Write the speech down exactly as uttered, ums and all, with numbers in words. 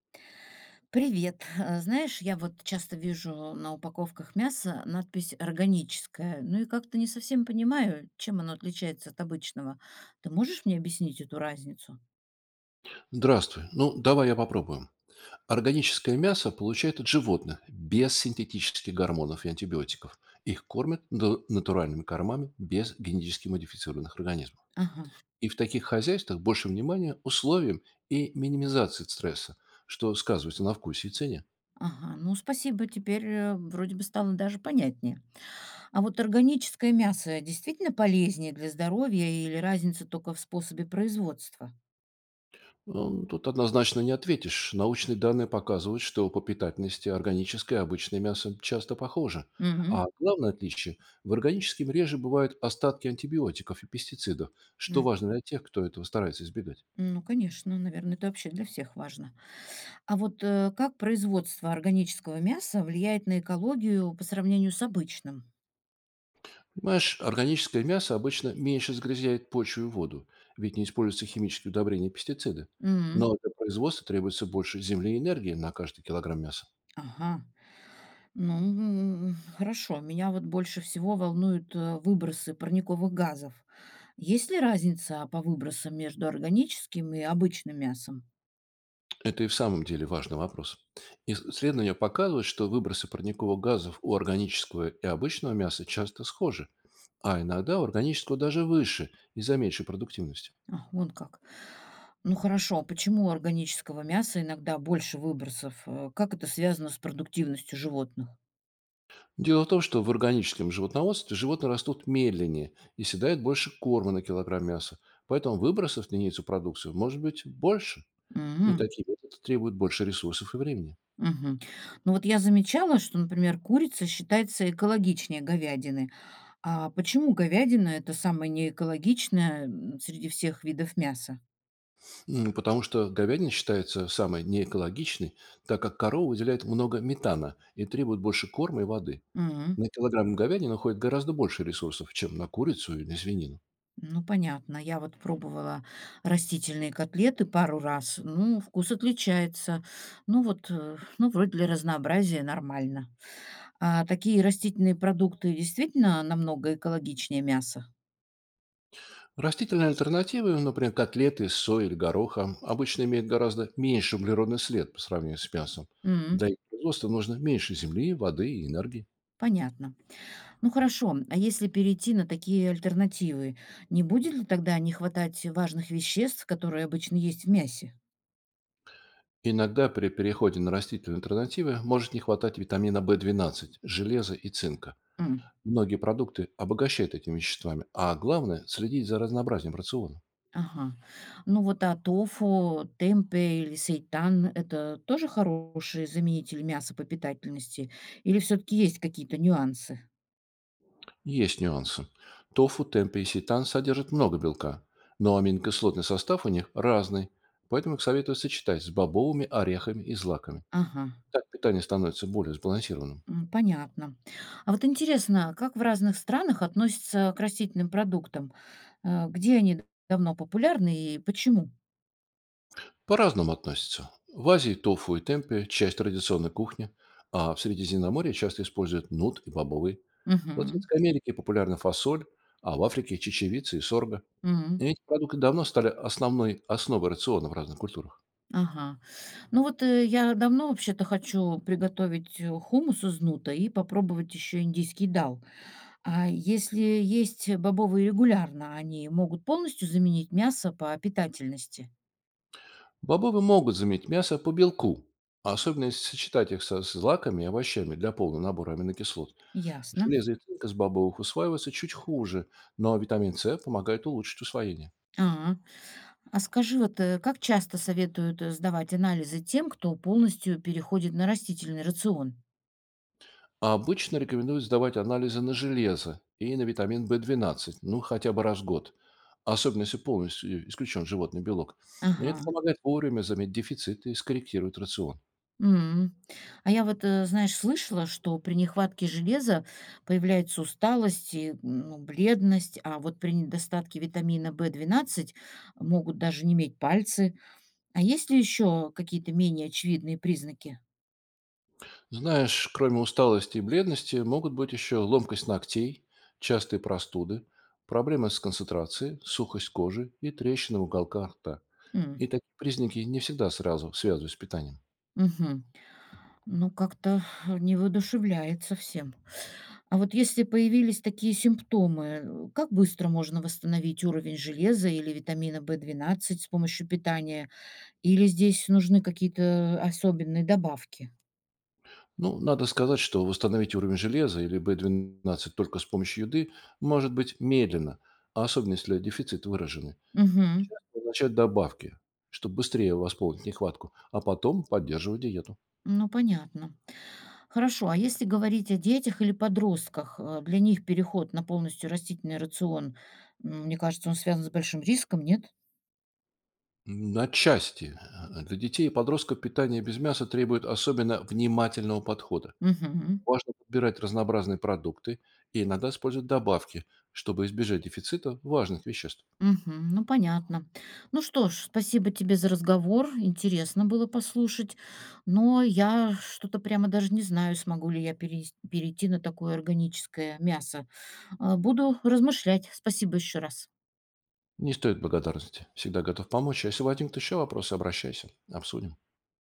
Привет. Э, Знаешь, я вот часто вижу на упаковках мяса надпись «органическое». Ну и как-то не совсем понимаю, чем оно отличается от обычного. Ты можешь мне объяснить эту разницу? Здравствуй. Ну, давай я попробую. Органическое мясо получают от животных без синтетических гормонов и антибиотиков. Их кормят на- натуральными кормами без генетически модифицированных организмов. Ага, И в таких хозяйствах больше внимания условиям и минимизации стресса, что сказывается на вкусе и цене. ага. Ну, спасибо. Теперь э, вроде бы стало даже понятнее. А вот органическое мясо действительно полезнее для здоровья или разница только в способе производства? Ну, тут однозначно не ответишь. Научные данные показывают, что по питательности органическое и обычное мясо часто похоже. Угу. А главное отличие – в органическом реже бывают остатки антибиотиков и пестицидов, что важно для тех, кто этого старается избегать. Ну, конечно, наверное, это вообще для всех важно. А вот э, как производство органического мяса влияет на экологию по сравнению с обычным? Понимаешь, органическое мясо обычно меньше загрязняет почву и воду, ведь не используются химические удобрения и пестициды. Но М, для производства требуется больше земли и энергии на каждый килограмм мяса. ага. Ну, м, хорошо. Меня вот больше всего волнуют э, выбросы парниковых газов. Есть ли разница по выбросам между органическим и обычным мясом? Это и в самом деле важный вопрос. Исследования показывают, что выбросы парниковых газов у органического и обычного мяса часто схожи, а иногда у органического даже выше из-за меньшей продуктивности. А, вон как. Ну хорошо, а почему у органического мяса иногда больше выбросов? Э, Как это связано с продуктивностью животных? Дело в том, что в органическом животноводстве животные растут медленнее и съедают больше корма на килограмм мяса, поэтому выбросов на единицу продукции может быть больше, и Мгм. такие методы требуют больше ресурсов и времени. Мгм. Ну вот я замечала, что, например, курица считается экологичнее говядины. А почему говядина– это самое неэкологичное м, среди всех видов мяса? М, Потому что говядина считается самой неэкологичной, так как корова выделяет много метана и требует больше корма и воды. М, На килограмм говядины уходит гораздо больше ресурсов, чем на курицу или свинину. ну, понятно. Я вот пробовала растительные котлеты пару раз. Ну, вкус отличается. Ну, вот, э, ну, вроде для разнообразия нормально. А такие растительные продукты действительно намного экологичнее мяса? Растительные альтернативы, например, котлеты из сои или гороха, обычно имеют гораздо меньше углеродный след по сравнению с мясом. М, Для их производства нужно меньше земли, воды и энергии. понятно. Ну хорошо, а если перейти на такие альтернативы, не будет ли тогда не хватать важных веществ, которые обычно есть в мясе? Иногда при переходе на растительные альтернативы может не хватать витамина бэ двенадцать, железа и цинка. М, Многие продукты обогащают этими веществами, а главное – следить за разнообразием рациона. ага. Ну вот а тофу, темпе или сейтан– это тоже хороший заменитель мяса по питательности? Или все-таки есть какие-то нюансы? Есть нюансы. Тофу, темпе и сетан содержат много белка, но аминокислотный состав у них разный, поэтому их советую сочетать с бобовыми, орехами и злаками. Ага. Так питание становится более сбалансированным. М, понятно. А вот интересно, как в разных странах относятся к растительным продуктам? Э, Где они давно популярны и почему? По-разному относятся. В Азии тофу и темпе – часть традиционной кухни, а в Средиземноморье часто используют нут и бобовые. В Латинской Америке популярна фасоль, а в Африке – чечевица и сорга. Угу. И Эти продукты давно стали основной основой рациона в разных культурах. Ага. Ну вот, э, я давно вообще-то хочу приготовить, э, хумус из нута и попробовать еще индийский дал. А если есть бобовые регулярно, они могут полностью заменить мясо по питательности? Бобовые могут заменить мясо по белку, а особенно если сочетать их со злаками и овощами для полного набора аминокислот. Ясно. Железо и цинк из бобовых усваиваются чуть хуже, но витамин С помогает улучшить усвоение. А, а скажи, вот, э, как часто советуют, э, сдавать анализы тем, кто полностью переходит на растительный рацион? А обычно рекомендуют сдавать анализы на железо и на витамин бэ двенадцать, ну хотя бы раз в год, особенно если полностью исключен животный белок. И это Ага. помогает вовремя заметить дефицит и скорректирует рацион. М. А я вот, э, знаешь, слышала, что при нехватке железа появляется усталость и, ну, бледность, а вот при недостатке витамина в двенадцать могут даже неметь пальцы. А есть ли еще какие-то менее очевидные признаки? Знаешь, кроме усталости и бледности, могут быть еще ломкость ногтей, частые простуды, проблемы с концентрацией, сухость кожи и трещины в уголках рта. М, И такие признаки не всегда сразу связывают с питанием. мгм. Ну, как-то не воодушевляет совсем. А вот если появились такие симптомы, э, как быстро можно восстановить уровень железа или витамина в двенадцать с помощью питания? Или здесь нужны какие-то особенные добавки? Ну, надо сказать, что восстановить уровень железа или бэ двенадцать только с помощью еды может быть медленно, а особенно если дефицит выраженный. Мгм. Начать добавки, чтобы быстрее восполнить нехватку, а потом поддерживать диету. Ну, понятно. Хорошо, а если говорить о детях или подростках, э, для них переход на полностью растительный рацион, м, мне кажется, он связан с большим риском, нет? На части. Э, Для детей и подростков питание без мяса требует особенно внимательного подхода. Мгм. Важно подбирать разнообразные продукты и иногда использовать добавки, чтобы избежать дефицита важных веществ. Мгм. Ну, понятно. Ну что ж, спасибо тебе за разговор. Интересно было послушать. Но я что-то прямо даже не знаю, смогу ли я перес- перейти на такое органическое мясо. А, буду размышлять. Спасибо еще раз. Не стоит благодарности. Всегда готов помочь. А если возникнут еще вопросы, обращайся. Обсудим.